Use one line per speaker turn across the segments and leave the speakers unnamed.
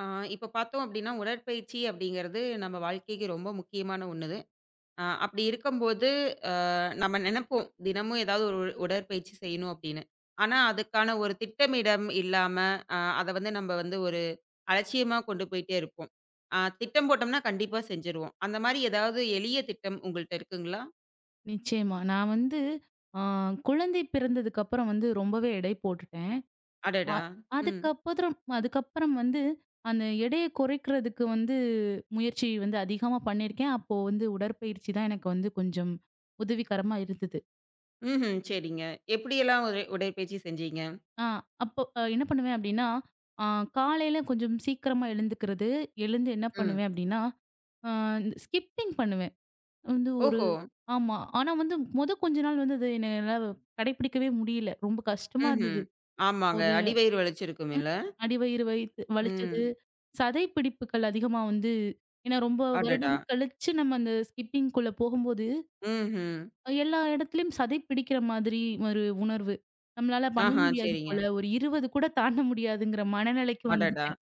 ஆ, இப்ப பார்த்தோம் அப்படின்னா, உடற்பயிற்சி அப்படிங்கிறது நம்ம வாழ்க்கைக்கு ரொம்ப முக்கியமான ஒண்ணுது. அப்படி இருக்கும்போது, அ நம்ம நெனைப்போம், தினமும் ஏதாவது ஒரு உடற்பயிற்சி செய்யணும் அப்படின்னு. ஆனா, அதுக்கான ஒரு திட்டமிடம் இல்லாம, அத வந்து நம்ம வந்து ஒரு அலட்சியமா கொண்டு போயிட்டே இருப்போம். திட்டம் போட்டோம்னா கண்டிப்பா செஞ்சுருவோம். அந்த மாரி ஏதாவது எளிய திட்டம் உங்கள்ட்ட இருக்குங்களா?
நிச்சயமா. நான் வந்து ஆ குழந்தை பிறந்ததுக்கு அப்புறம் வந்து ரொம்பவே எடை போட்டுட்டேன். அ
அடடா! ம்.
அதுக்கப்புறம் அதுக்கப்புறம் வந்து அந்த எடைய குறைக்கிறதுக்கு வந்து முயற்சி வந்து அதிகமா பண்ணியிருக்கேன். அப்போ வந்து உடற்பயிற்சி தான் எனக்கு வந்து கொஞ்சம் உதவிகரமா இருந்தது.
ம்ஹ்ம். சரிங்க. எப்படியெல்லாம் உடற்பயிற்சி செஞ்சீங்க?
ஆ அப்போ என்ன பண்ணுவேன் அப்டின்னா, ஆ காலையில கொஞ்சம் சீக்கிரமா எழுந்துக்கிறது. எழுந்து என்ன
ம்.
பண்ணுவேன் அப்டின்னா, ஆ ஸ்கிப்பிங் பண்ணுவேன். வந்து ஒரு
ஓஹோ!
ஆமா. ஆனா வந்து மொத கொஞ்ச நாள் வந்து அது என்னால கடைபிடிக்கவே முடியல. ரொம்ப கஷ்டமா
ம்ஹ்ம்.
இருந்தது.
ஆமாங்க.
ஒரு
அடிவயிறு வலிச்சிருக்குமில்ல?
அடிவயிறு வைத்து வலிச்சது,
ம்.
சதை பிடிப்புகள் அதிகமா வந்து ஏன்னா ரொம்ப
அடடா!
வருடம் கழிச்சு நம்ம அந்த ஸ்கிப்பிங்குள்ள போகும்போது,
ம்ஹ்ம்.
எல்லா இடத்துலயும் சதை பிடிக்கிற மாதிரி ஒரு உணர்வு. நம்மளால பண்ண
ஆஹா,
முடியாது
சரிங்க.
போல, ஒரு 20 கூட தாண்ட முடியாதுங்கிற மனநிலைக்கு
அடடா!
வந்துட்டேன்.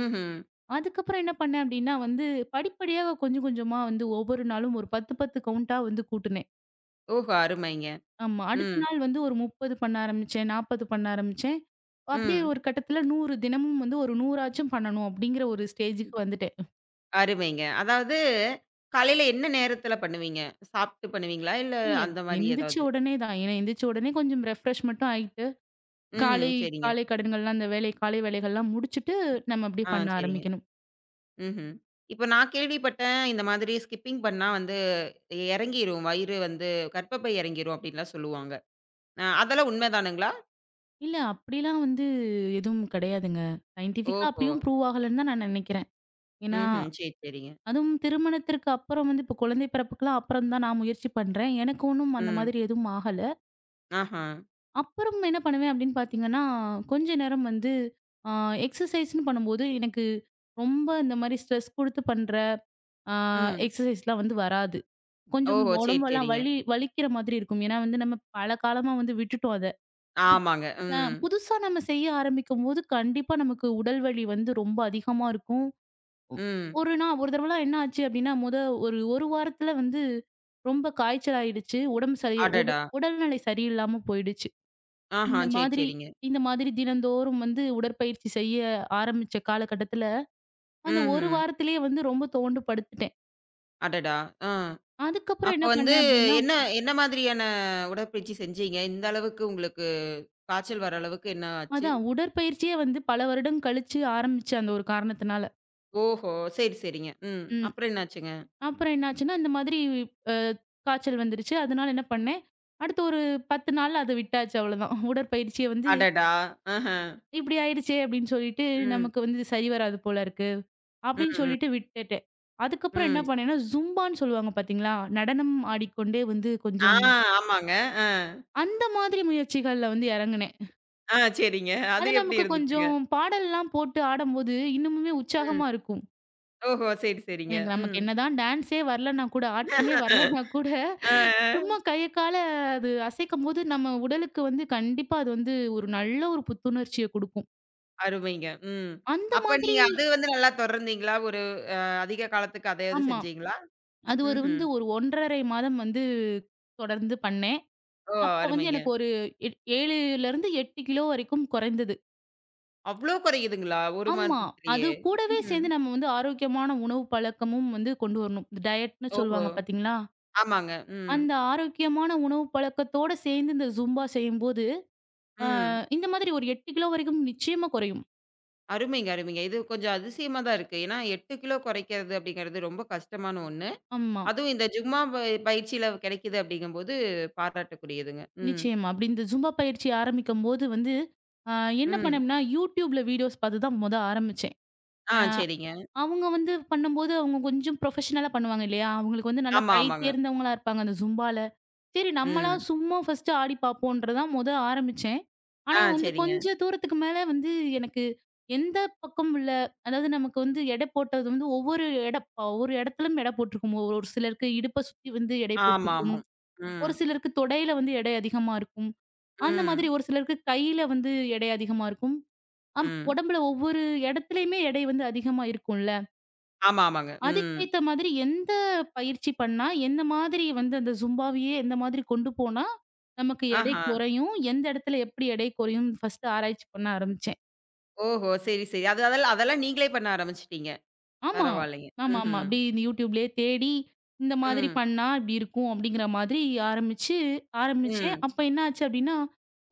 ம்ஹ்ம்.
அதுக்கப்புறம் என்ன பண்ணேன் அப்டின்னா வந்து, படிப்படியா கொஞ்சம் கொஞ்சமா வந்து ஒவ்வொரு நாளும் ஒரு 10, 10 கவுண்டா வந்து கூட்டுனேன்.
ஓஹோ! அருமைங்க.
ஆமா. அடுத்த
ம்,
நாள் வந்து ஒரு 30 பண்ண ஆரம்பிச்சேன், 40 பண்ண ஆரம்பிச்சேன். அப்டியே
ம்.
ஒரு கட்டத்துல 100 தினமும் வந்து ஒரு 100 ஆச்சும் பண்ணணும் அப்டிங்கிற ஒரு ஸ்டேஜுக்கு வந்துட்டேன்.
அருமைங்க. அதாவது காலையில என்ன நேரத்தில பண்ணுவீங்க? சாப்பிட்டு பண்ணுவீங்களா? இல்ல
இல்ல.
அந்த மாரி
எந்திரிச்ச
ஏதாவது?
உடனே தான். ஏன்னா எந்திரிச்ச உடனே கொஞ்சம் ரெஃப்ரெஷ் மட்டும் ஆயிட்டு,
ம்,
காலை
சரிங்க.
காலை கடன்கள்லாம் அந்த வேலை காலை வேலைகள்லாம் முடிச்சுட்டு, நம்ம அப்படியே
ஆ,
பண்ண
சரிங்க.
ஆரம்பிக்கணும்.
ம்ஹ்ம். இப்ப நான் கேள்விப்பட்டேன், இந்த மாதிரி ஸ்கிப்பிங் பண்ணா வந்து இறங்கிரும். வயிறு வந்து கர்ப்பப்பை இறங்கிரும் அப்படின்லாம் சொல்லுவாங்க. அதெல்லாம் உண்மைதானுங்களா?
இல்ல அப்படிலாம் வந்து எதுவும் கிடையாதுங்க. சயின்டிஃபிக்கா
ஓஹோ!
அப்படியும் ப்ரூவ் ஆகலன்னு தான் நான் நினைக்கிறேன். ஏன்னா,
ம்ஹ்ம். சரி, சரிங்க.
அதுவும் திருமணத்திற்கு அப்புறம் வந்து இப்போ குழந்தை பிறப்புக்குலாம் அப்புறம் தான் நான் முயற்சி பண்றேன். எனக்கு ஒண்ணும் அந்த
ம்.
மாதிரி எதுவும் ஆகல.
ஆஹா.
அப்புறம் என்ன பண்ணுவேன் அப்படின்னு பார்த்தீங்கன்னா, கொஞ்ச நேரம் வந்து அ எக்ஸர்சைஸ்ன்னு பண்ணும்போது, எனக்கு ரொம்ப இந்த மாரி ஸ்ட்ரெஸ் குடுத்து பண்ற அ
ம்.
எக்ஸர்சைஸ்லாம் வந்து வராது. கொஞ்சம்
ஓஹோ! சரி,
உடம்பெல்லாம்
சரிங்க.
வலி வலிக்கிற மாதிரி இருக்கும். ஏன்னா வந்து நம்ம பல காலமா வந்து விட்டுட்டோம் அத.
ஆமாங்க. ம்.
புதுசா நம்ம செய்ய ஆரம்பிக்கும்போது கண்டிப்பா நமக்கு உடல் வலி வந்து ரொம்ப அதிகமா இருக்கும். ஒ-
ம்.
ஒரு நான் ஒரு தடவலாம் என்ன ஆச்சு அப்படின்னா, ஒரு 1 வாரத்துல வந்து ரொம்ப காய்ச்சல் ஆயிடுச்சு. உடம்பு சரி உட
அடடா!
உடல்நிலை சரியில்லாம போயிடுச்சு.
ஆஹா.
இந்த
சரி,
மாதிரி
சரிங்க.
இந்த மாதிரி தினந்தோறும் வந்து உடற்பயிற்சி செய்ய ஆரம்பிச்ச காலகட்டத்துல, அந்த ஒரு
ம்ஹ்ம்.
வாரத்திலேயே வந்து ரொம்ப துவண்டு படுத்துட்டேன்.
அடடா! ஆ.
அதுக்கப்புறம்
அப்ப
என்ன
வந்து
பண்ணேன் அப்டின்னா,
என்ன என்ன மாதிரியான உடற்பயிற்சி செஞ்சீங்க? இந்த அளவுக்கு உங்களுக்கு காய்ச்சல் வர அளவுக்கு என்ன ஆச்சு?
அதான் உடற்பயிற்சியே வந்து பல வருடம் கழிச்சு ஆரம்பிச்ச அந்த ஒரு காரணத்தினால.
ஓஹோ! சரி, சரிங்க. ம்.
ம்.
அப்புறம் என்னாச்சுங்க?
அப்புறம் என்னாச்சுன்னா, இந்த மாதிரி அ காய்ச்சல் வந்துருச்சு. அதனால என்ன பண்ணேன், அடுத்த ஒரு 10 நாள்ல அத விட்டாச்சு அவ்வளோதான். உடற்பயிற்சிய வந்து
அடடா! ஆஹ.
இப்படி ஆயிடுச்சே அப்படின்னு சொல்லிட்டு,
ம்.
நமக்கு வந்து இது சரி வராது போல இருக்கு.
ம்,
அப்படின்னு
ம்,
சொல்லிட்டு விட்டுட்டேன். அதுக்கப்புறம் என்ன
ம்.
பண்ணேன்னா, ஜும்பான்னு சொல்லுவாங்க பார்த்தீங்களா? நடனம் ஆடிக்கொண்டே வந்து
ஆ
கொஞ்சம்
ஆமாங்க. ஆ.
அந்த மாதிரி முயற்சிகள்ல வந்து இறங்குனேன்.
ஆ சரிங்க. அது
அது
எப்படி
நமக்கு
இருந்துச்சுங்க?
கொஞ்சம் பாடல்லாம் போட்டு ஆடம்போது, இன்னமுமே
ம்.
உற்சாகமா இருக்கும்.
ஓஹோ! சரி, சரிங்க.
எனக்கு நமக்கு
ம்.
என்னதான் டான்ஸே வரலன்னா கூட, ஆட்டமே வரலன்னா கூட,
ஆ,
சும்மா
ஆ.
கைய கால அது அசைக்கும்போது, நம்ம உடலுக்கு வந்து கண்டிப்பா அது வந்து ஒரு நல்ல ஒரு புத்துணர்ச்சிய குடுக்கும்.
அருமைங்க. ம்.
அந்த
அப்ப
மாதிரி
நீங்க அது வந்து நல்லா தொடர்ந்தீங்களா? ஒரு அதிக காலத்துக்கு அதே இது
ஆமா.
செஞ்சீங்களா?
அது ஒரு
ம்ஹ்ம்.
வந்து ஒரு 1 1/2 மாதம் வந்து தொடர்ந்து பண்ணேன்.
ஓ!
அப்ப வந்து
அருமைங்க.
எனக்கு ஒரு 7லிருந்து 8 கிலோ வரைக்கும் குறைந்தது.
அவ்ளோ குறையுதுங்களா? 1
ஆமா.
மாதத்திலேயே?
அது கூடவே
ம்ஹ்ம்.
சேர்ந்து நம்ம வந்து ஆரோக்கியமான உணவு பழக்கமும் வந்து கொண்டு வரணும். இந்த டயட்ன்னு
ஓஹோ!
சொல்லுவாங்க பார்த்தீங்களா?
ஆமாங்க. ம்.
அந்த ஆரோக்கியமான உணவு பழக்கத்தோட சேர்ந்து இந்த ஜும்பா செய்யும்போது, அ
ம்.
இந்த மாதிரி ஒரு 8 கிலோ வரைக்கும் நிச்சயமா குறையும்.
அருமைங்க, அருமைங்க. இது கொஞ்சம் அதிசயமா தான் இருக்கு. ஏன்னா 8 கிலோ குறைக்கிறது அப்படிங்கிறது ரொம்ப கஷ்டமான ஒண்ணு.
ஆமா.
அதுவும் இந்த ஜும்மா பயிற்சியில கிடைக்குது அப்படிங்கும்போது பாராட்டக்கூடியதுங்க. ம்.
நிச்சயமா. அப்படி இந்த ஜும்பா பயிற்சி ஆரம்பிக்கும்போது வந்து, அ என்ன
ம்.
பண்ணேன்னா, YouTubeல வீடியோஸ் பார்த்து தான் மொத ஆரம்பிச்சேன்.
ஆ
அ
சரிங்க.
அவங்க வந்து பண்ணும்போது, அவங்க கொஞ்சம் ப்ரொஃபஷனலா பண்ணுவாங்க இல்லையா? அவங்களுக்கு வந்து நல்லா
ஆமா,
கை
ஆமாங்க.
தேர்ந்தவங்களா இருப்பாங்க அந்த ஜும்பால. சரி நம்மளா
ம்.
சும்மா ஃபர்ஸ்ட்டு ஆடி பார்ப்போம்ன்றது தான் மொத ஆரம்பிச்சேன். ஆனா
ஆ
வந்து
சரிங்க.
கொஞ்சம் தூரத்துக்கு மேல வந்து எனக்கு எந்த பக்கம் உள்ள அதாவது நமக்கு வந்து எடை போட்டது வந்து ஒவ்வொரு இடத்திலும் எடை போட்டிருக்கும். ஒரு ஒரு சிலருக்கு இடுப்ப சுத்தி வந்து எடை
ஆமா, ஆமா.
போட்டிருக்கும்.
ம்.
ஒரு சிலருக்கு தொடையில வந்து எடை அதிகமா இருக்கும். அந்த மாதிரி
ம்.
ஒரு சிலருக்கு கையில வந்து எடை அதிகமா இருக்கும்.
ம்.
உடம்புல ஒவ்வொரு இடத்துலயுமே எடை வந்து அதிகமா இருக்கும்ல.
ஆமா, ஆமாங்க. ம்.
அதுக்கேத்த மாதிரி எந்த பயிற்சி பண்ணா, எந்த மாதிரி வந்து அந்த ஜும்பாவையே எந்த மாதிரி கொண்டு போனா, நமக்கு எடை
ஆஹா.
குறையும்? எந்த இடத்துல எப்படி எடை குறையும்னு ஃபர்ஸ்ட்டு ஆராய்ச்சி பண்ண ஆரம்பிச்சேன்.
ஓஹோ! சரி, சரி. அது அதெல்லாம் அதெல்லாம் நீங்களே பண்ண ஆரம்பிச்சுட்டீங்க.
ஆமா.
பரவாயில்லைங்க.
ஆமாமா.
ம்ஹ்ம்.
அப்படி இந்த YouTubeலயே தேடி, இந்த மாதிரி
ம்.
பண்ணா இப்படி இருக்கும் அப்படிங்கிற மாதிரி ஆரம்பிச்சு ஆரம்பிச்சேன்.
ம்.
அப்ப என்ன ஆச்சு அப்படின்னா,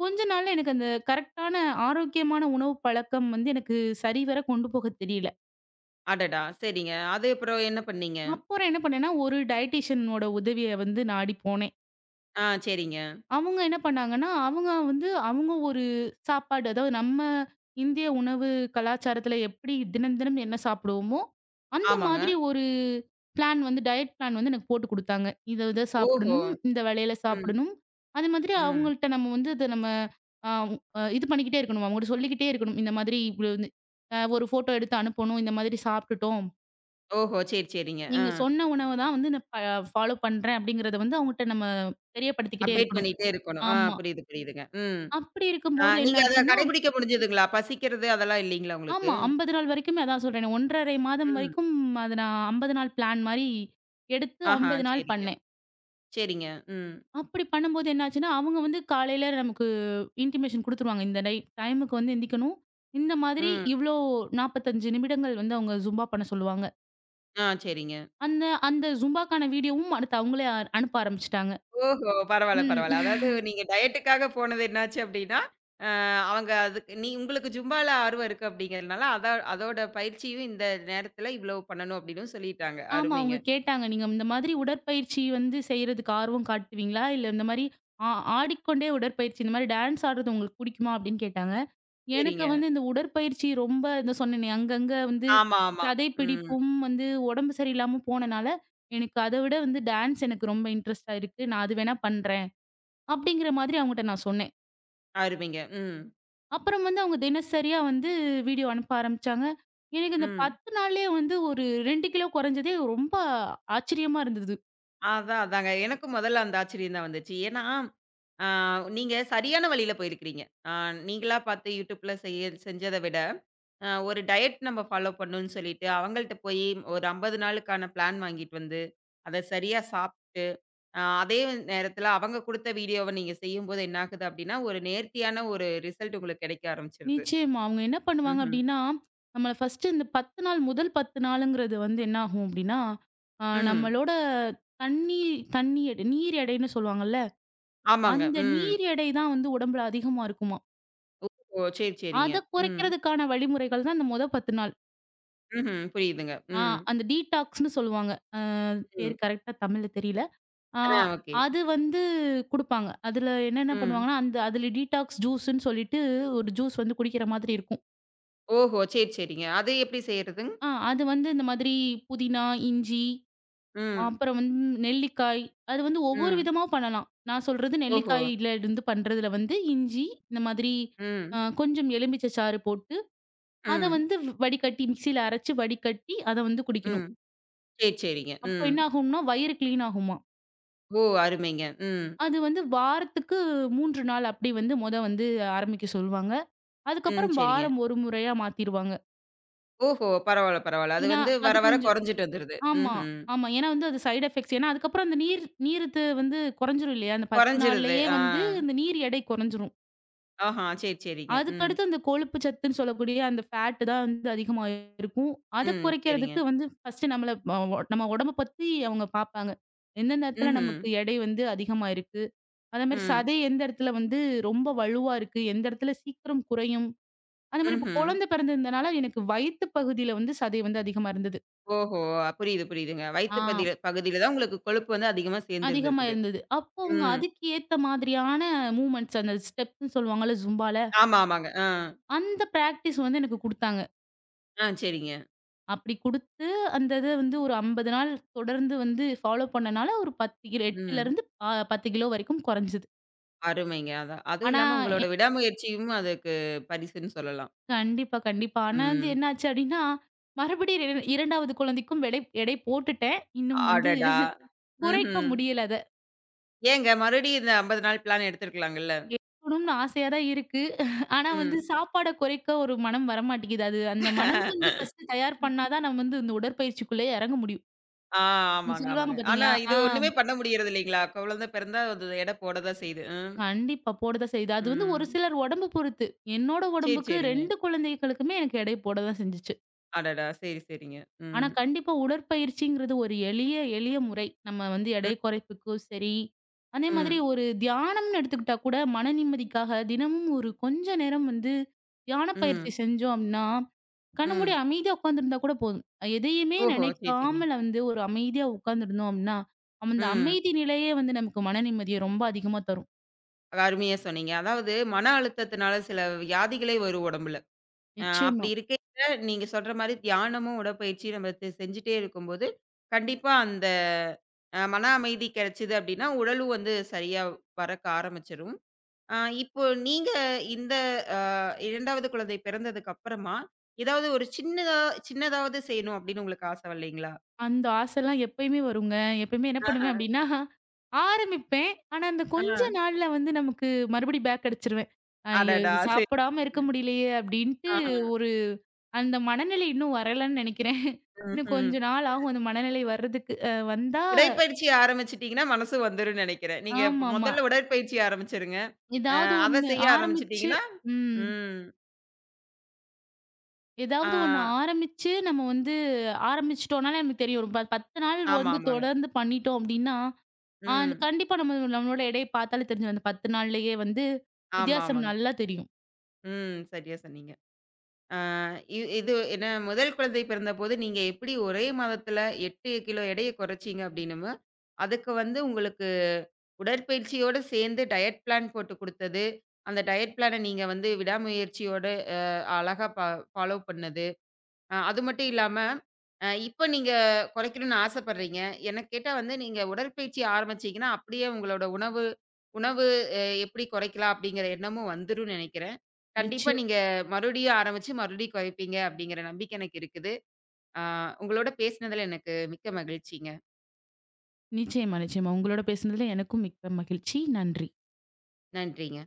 கொஞ்ச நாள்ல எனக்கு அந்த கரெக்ட்டான ஆரோக்கியமான உணவு பழக்கம் வந்து எனக்கு சரிவர கொண்டு போக தெரியல.
அடடா! சரிங்க. அது அப்புறம் என்ன பண்ணீங்க?
அப்புறம் என்ன பண்ணேன்னா, ஒரு டயட்டீஷியனோட உதவிய வந்து நாடி போனேன்.
ஆ சரிங்க.
அவங்க என்ன பண்ணாங்கன்னா, அவங்க வந்து அவங்க ஒரு சாப்பாடு அதாவது நம்ம இந்திய உணவு கலாச்சாரத்துல எப்படி தினம் தினம் என்ன சாப்பிடுவோமோ, அந்த
ஆமாங்க.
மாதிரி ஒரு பிளான் வந்து டயட் பிளான் வந்து எனக்கு போட்டு குடுத்தாங்க. இத இத
ஓஹோ!
சாப்பிடணும், இந்த வேளையில
ம்.
சாப்பிடணும். அது மாதிரி
ம்.
அவங்கள்ட்ட நம்ம வந்து அத நம்ம அ அ இது பண்ணிக்கிட்டே இருக்கணும். அவங்ககிட்ட சொல்லிக்கிட்டே இருக்கணும். இந்த மாதிரி இவ்வளோ வந்து ஒரு ஃபோட்டோ எடுத்து அனுப்பணும். இந்த மாதிரி சாப்பிட்டுட்டோம்.
ஓஹோ! சரி, சரிங்க. ஆ.
நீங்க சொன்ன உணவ தான் வந்து நான் ஃபாலோ பண்றேன் அப்படிங்கிறத வந்து அவங்ககிட்ட நம்ம தெரியப்படுத்திக்கிட்டே
அப்டேட்
இருக்கணும்.
பண்ணிட்டே இருக்கணும். ஆ
ஆமா.
புரியுது, புரியுதுங்க. ம்.
அப்படி
ஆ
இருக்கும்போது
நீங்க அத
என்னாச்சுன்னா
கடைபிடிக்க முடிஞ்சதுங்களா? பசிக்கிறது அதெல்லாம் இல்லீங்களா உங்களுக்கு?
ஆமா 50 நாள் வரைக்குமே அதான் சொல்றேனே, 1 1/2 மாதம்
ம்.
வரைக்கும் அத நான் 50 நாள் பிளான் மாரி எடுத்து
ஆஹா!
50 நாள்
சரிங்க.
பண்ணேன்.
சரிங்க. ம்.
அப்படி பண்ணும்போது என்னாச்சுன்னா, அவங்க வந்து காலையில நமக்கு இன்டிமேஷன் குடுத்துருவாங்க. இந்த டை டைமுக்கு வந்து எந்திக்கணும். இந்த மாதிரி
ம்.
இவ்ளோ 45 நிமிடங்கள் வந்து அவங்க ஜும்பா பண்ண சொல்லுவாங்க.
ஆ சரிங்க.
அந்த அந்த ஜும்பாக்கான வீடியோவும் அடுத்து அவங்களே அனுப்ப ஆரம்பிச்சுட்டாங்க.
ஓஹோ! பரவால்ல, பரவால்ல.
ம்.
அதாவது நீங்க டயட்டுக்காக போனது என்னாச்சு அப்டின்னா, அவங்க அதுக்கு உங்களுக்கு ஜும்பால ஆர்வம் இருக்கு அப்படிங்கிறதுனால, அதோட பயிற்சியும் இந்த நேரத்தில இவ்வளோ பண்ணணும் அப்படின்னு சொல்லிட்டாங்க.
ஆமா. அவங்க
அருமைங்க.
கேட்டாங்க. "நீங்க இந்த மாதிரி உடற்பயிற்சி வந்து செய்றதுக்கு ஆர்வம் காட்டுவீங்களா? இல்ல இந்த மாரி ஆ ஆடிக்கொண்டே உடற்பயிற்சி இந்த மாரி டான்ஸ் ஆடுறது உங்களுக்கு புடிக்குமா?" அப்படின்னு கேட்டாங்க. எனக்கு
சரிங்க.
வந்து இந்த உடற்பயிற்சி ரொம்ப இந்த சொன்னேனே அங்கங்க வந்து
ஆமா, ஆமா. ம்.
சதைப்பிடிப்பும் வந்து உடம்பு சரியில்லாம போனனால, எனக்கு அத விட வந்து டான்ஸ் எனக்கு ரொம்ப இன்ட்ரெஸ்ட்டா இருக்கு. நான் அது வேணா பண்றேன். அப்படிங்கிற மாதிரி அவங்கட்ட நான் சொன்னேன்.
அருமைங்க. ம்.
அப்புறம் வந்து அவங்க தினசரியா வந்து வீடியோ அனுப்ப ஆரம்பிச்சாங்க. எனக்கு இந்த
ம்.
10 நாள்லயே வந்து ஒரு 2 கிலோ குறைஞ்சதே ரொம்ப ஆச்சரியமா இருந்தது.
அதான், அதாங்க. எனக்கும் முதல்ல அந்த ஆச்சரியம் தான் வந்துச்சு. ஏன்னா, அ நீங்க சரியான வழியில போயிருக்கிறீங்க. அ நீங்களா பார்த்து YouTubeல செஞ்சத விட, ஒரு டயட் நம்ம ஃபாலோ பண்ணணும்னு சொல்லிட்டு, அவங்கள்ட்ட போயி ஒரு 50 நாளுக்கான பிளான் வாங்கிட்டு வந்து, அத சரியா சாப்ட்டு, அதே நேரத்தில அவங்க குடுத்த வீடியோவ நீங்க செய்யும்போது என்ன ஆகுது அப்டின்னா, ஒரு நேர்த்தியான ஒரு ரிசல்ட் உங்களுக்கு கெடைக்க ஆரம்பிச்சுருது.
நிச்சயமா. அவங்க என்ன பண்ணுவாங்க
ம்ஹ்ம்.
அப்டின்னா, நம்மள ஃபர்ஸ்ட்டு இந்த 10 நாள் முதல் 10 நாளுங்கிறது வந்து என்ன ஆகும் அப்டின்னா,
ம்.
நம்மளோட தண்ணி தண்ணி எடை நீர் எடைன்னு சொல்லுவாங்கல்ல,
ஆமாங்க.
அந்த
ம்.
நீர் எடை தான் வந்து உடம்புல அதிகமா இருக்குமாம்.
ஓ! சரி, சரிங்க.
அத
ம்.
குறைக்கிறதுக்கான வழிமுறைகள் தான் இந்த மொத 10 நாள்.
ம்ஹ்ம். புரியுதுங்க.
ஆ
ம்.
அந்த டீடாக்ஸ்ன்னு சொல்லுவாங்க. அ பேர்
ம்.
கரெக்ட்டா தமிழ்ல தெரியல. ஆ
ஆ ஓகே.
அது வந்து குடுப்பாங்க. அதுல என்னென்ன
ம்.
பண்ணுவாங்கன்னா, அந்த அதுல டீடாக்ஸ் ஜூஸுன்னு சொல்லிட்டு ஒரு ஜூஸ் வந்து குடிக்கிற மாதிரி இருக்கும்.
ஓஹோ! சரி, சரிங்க. அது எப்டி செய்றதுங்?
அது வந்து இந்த மாதிரி புதினா, இஞ்சி
ம்.
அப்புறம் வந்து நெல்லிக்காய். அது வந்து ஒவ்வொரு
ம்.
விதமா பண்ணலாம். நான் சொல்றது
ஓஹோ!
நெல்லிக்காயில இருந்து பண்றதுல வந்து இஞ்சி, இந்த மாதிரி
ம்.
கொஞ்சம் எலுமிச்சை சாறு போட்டு, அத
ம்.
வந்து வடிகட்டி மிக்ஸியில அரைச்சு வடிகட்டி அத வந்து குடிக்கணும்.
ம். சரி, சரிங்க.
அப்ப
ம்.
என்ன ஆகும்னா, வயிறு கிளீன் ஆகுமாம்.
ஓ! அருமைங்க. ம்.
அது வந்து வாரத்துக்கு 3 நாள் அப்படி வந்து மொத வந்து ஆரம்பிக்க சொல்லுவாங்க.
ம்.
அதுக்கப்புறம்
சரிங்க.
வாரம் 1 முறையா மாத்திருவாங்க.
ஓஹோ! பரவால்ல, பரவால்ல. அது
ஏன்னா,
வந்து வர
அது
வர
கொஞ்சம்
குறைஞ்சுட்டு வந்துருது.
ஆமா,
ம்ஹ்ம்.
ஆமா. ஏன்னா வந்து அது சைட் எஃபெக்ட்ஸ். ஏன்னா அதுக்கப்புறம் அந்த நீர் வந்து குறைஞ்சிரும் இல்லையா? அந்த 10
குறைஞ்சிருது.
நாள்லயே
ஆ.
வந்து அந்த நீர் எடை குறைஞ்சிரும்.
ஆஹா! சரி, சரிங்க. ம்.
அதுக்கடுத்து அந்த கொழுப்பு சத்துன்னு சொல்லக்கூடிய அந்த ஃபேட் தான் வந்து அதிகமா இருக்கும். அத
ம். சரிங்க.
குறைக்கிறதுக்கு வந்து ஃபர்ஸ்ட் நம்மள அ ஒ நம்ம உடம்ப பத்தி அவங்க பார்ப்பாங்க. எந்தெந்த இடத்துல
ம்ஹ்ம்.
நமக்கு எடை வந்து அதிகமா இருக்கு. அதே மாரி
ம்.
சதை எந்த இடத்துல வந்து ரொம்ப வலுவா இருக்கு, எந்த இடத்துல சீக்கிரம் குறையும். அந்த மாரி இப்ப
ம்ஹ்ம்.
குழந்தை பிறந்திருந்தனால எனக்கு வயித்து பகுதியில வந்து சதை வந்து அதிகமா இருந்தது.
ஓஹோ! புரியுது, புரியுதுங்க.
ஆ
வயித்து பகுதியில தான் உங்களுக்கு கொழுப்பு வந்து அதிகமா
அதிகமா
சேர்ந்திருந்திருக்குது.
இருந்தது. அப்போ அவங்க
ம்.
அதுக்கு ஏத்த மாதிரியான மூவ்மெண்ட்ஸ் அந்த ஸ்டெப்ஸ்ன்னு சொல்லுவாங்கல்ல ஜும்பால.
ஆமா, ஆமாங்க. ஆ.
அந்த பிராக்டிஸ் வந்து எனக்கு குடுத்தாங்க.
ஆ சரிங்க.
அப்படி குடுத்து, அந்த இத வந்து ஒரு 50 நாள் தொடர்ந்து வந்து ஃபாலோ பண்ணனால, ஒரு 10 கிலோ
ம்.
8லருந்து 10 கிலோ வரைக்கும் கொறஞ்சது.
அருமைங்க. அதான். அதுவும்
ஆனா
இல்லாம
எ
உங்களோட விடாமுயற்சியும் அதுக்கு பரிசுன்னு சொல்லலாம்.
கண்டிப்பா, கண்டிப்பா. ஆனா வந்து
ம்.
என்னாச்சு அப்படின்னா, மறுபடியும் 2வது குழந்தைக்கும் எடை போட்டுட்டேன். இன்னும் வந்து
அடடா!
குறைக்க
ம்ஹ்ம்.
முடியல அத.
ஏங்க மறுபடியும் இந்த 50 நாள் பிளான் எடுத்திருக்கலாங்கல்ல?
எடுக்கணும்னு ஆசையா தான் இருக்கு. ஆனா வந்து
ம்.
சாப்பாட குறைக்க ஒரு மனம் வரமாட்டேங்குது. அது அந்த மனம் வந்து ஃபர்ஸ்ட்டு தயார் பண்ணா தான் நம்ம வந்து இந்த உடற்பயிற்சிக்குள்ளே எறங்க முடியும்.
ஆ
நீங்க
ஆமாங்க,
சொல்லுவாங்க
ஆமாங்க. ஆனா
பாத்தீங்களா?
இது
ஆ.
ஒண்ணுமே பண்ண முடியறது இல்லைங்களா? குழந்தை பிறந்தா அது எடை போட தான் செய்யுது. ம்.
கண்டிப்பா. போடதான் செய்யுது. அது வந்து ஒரு
ம்.
சிலர் உடம்பு பொறுத்து. என்னோட
சரி,
உடம்புக்கு
சரிங்க.
2 குழந்தைகளுக்குமே எனக்கு எடை போட தான் செஞ்சுச்சு.
அடடா! சரி, சரிங்க.
ஆனா
ம்.
கண்டிப்பா உடற்பயிற்சிங்கிறது ஒரு எளிய, எளிய முறை. நம்ம வந்து
ம்.
எடை குறைப்புக்கும் சரி, அதே மாதிரி
ம்.
ஒரு தியானம்னு எடுத்துக்கிட்டா கூட மன நிம்மதிக்காக தினமும் ஒரு கொஞ்ச நேரம் வந்து தியான பயிற்சி
ம்.
செஞ்சோம் அப்டின்னா, கண்ண மூடி
ம்.
அமைதியா உட்காந்துருந்தா கூட போதும். எதையுமே
ஓஹோ! சரி, சரிங்க.
நினைக்காமல வந்து ஒரு அமைதியா உட்காந்துருந்தோம் அப்டின்னா, அந்த
ம்.
அமைதி நிலையே வந்து நமக்கு மன நிம்மதிய ரொம்ப அதிகமா தரும்.
அருமையா சொன்னீங்க. அதாவது மன அழுத்தத்தினால சில வியாதிகளே வரும் உடம்புல. அப்படி
நிச்சயமா.
இருக்கையில நீங்க சொல்ற மாரி தியானமும், உடற்பயிற்சியும் நம்ம செஞ்சுட்டே இருக்கும்போது, கண்டிப்பா அந்த மன அமைதி கிடைச்சது அப்படின்னா, உடலும் வந்து சரியா வரக்க ஆரம்பிச்சுரும். ஆ இப்போ நீங்க இந்த அ 2வது குழந்தை பிறந்ததுக்கு அப்புறமா, ஏதாவது ஒரு சின்னதாவது செய்யணும் அப்படின்னு உங்களுக்கு ஆசை வரலைங்களா?
அந்த ஆசைலாம் எப்பயுமே வருங்க. எப்பயுமே என்ன
ஆஹ.
பண்ணுவேன் அப்டின்னா, ஆரம்பிப்பேன். ஆனா, அந்த
ஆ.
கொஞ்ச நாள்ல வந்து நமக்கு மறுபடியும் பேக் அடிச்சுருவேன். ஐயோ!
அடடா!
இது
சரி.
சாப்பிடாம இருக்க முடியலையே அப்டின்ட்டு
ஆஹ.
ஒரு அந்த மனநிலை இன்னும் வரலன்னு நெனைக்கிறேன். இன்னும்
ம்ஹ்ம்.
கொஞ்ச நாள் ஆகும் அந்த மனநிலை வர்றதுக்கு. வந்தா
உடற்பயிற்சி ஆரம்பிச்சுட்டீங்கன்னா, மனசு வந்துரும்னு நெனைக்கிறேன். நீங்க இப்ப
ஆமாமா.
முதல்ல உடற்பயிற்சி ஆரம்பிச்சுருங்க. அ
ஏதாவது
அத
ஒண்ணு
செய்ய
ஆரம்பிச்சு
ஆரம்பிச்சுட்டீங்கன்னா
ம்.
ம். ஆ
ஏதாவது ஒண்ணு ஆரம்பிச்சு நம்ம வந்து ஆரம்பிச்சுட்டோம்னாலே நமக்கு தெரியும். ஒரு 10 நாள்
ஆமா,
வந்து
ஆமாங்க.
தொடர்ந்து பண்ணிட்டோம் அப்டின்னா அந்த
ம்.
கண்டிப்பா நம்ம நம்மளோட எடைய பார்த்தாலே தெரிஞ்சிரும். அந்த 10 நாள்லயே வந்து
ஆமா,
வித்தியாசம்
ஆமாங்க.
நல்லா தெரியும்.
ம். சரியா சொன்னீங்க. ஆ, இது என்ன முதல் குழந்தை பிறந்தபோது நீங்க எப்படி ஒரே மாதத்துல 8 கிலோ எடைய குறைச்சீங்க அப்படின்னுமோ, அதுக்கு வந்து உங்களுக்கு உடற்பயிற்சியோட சேர்ந்து டயட் பிளான் போட்டு குடுத்தது, அந்த டயட் பிளான நீங்க வந்து விடாமுயற்சியோட அ அழகா ஃபாலோ பண்ணது. அது மட்டும் இல்லாம, இப்ப நீங்க குறைக்கணும்னு ஆசைப்படுறீங்க. என்ன கேட்டா வந்து நீங்க உடற்பயிற்சி ஆரம்பிச்சீங்கன்னா, அப்படியே உங்களோட உணவு உணவு அ எப்படி குறைக்கலாம் அப்படிங்கிற எண்ணமும் வந்துரும்னு நெனைக்கிறேன். கண்டிப்பா
நிச்சயம்.
நீங்க மறுபடியும் ஆரம்பிச்சு, மறுபடியும் குறைப்பீங்க அப்படிங்கிற நம்பிக்கை எனக்கு இருக்குது. அ உங்களோட பேசினதுல எனக்கு மிக்க மகிழ்ச்சிங்க.
நிச்சயமா, நிச்சயமா. உங்களோட பேசுனதுல எனக்கும் மிக்க மகிழ்ச்சி. நன்றி.
நன்றிங்க.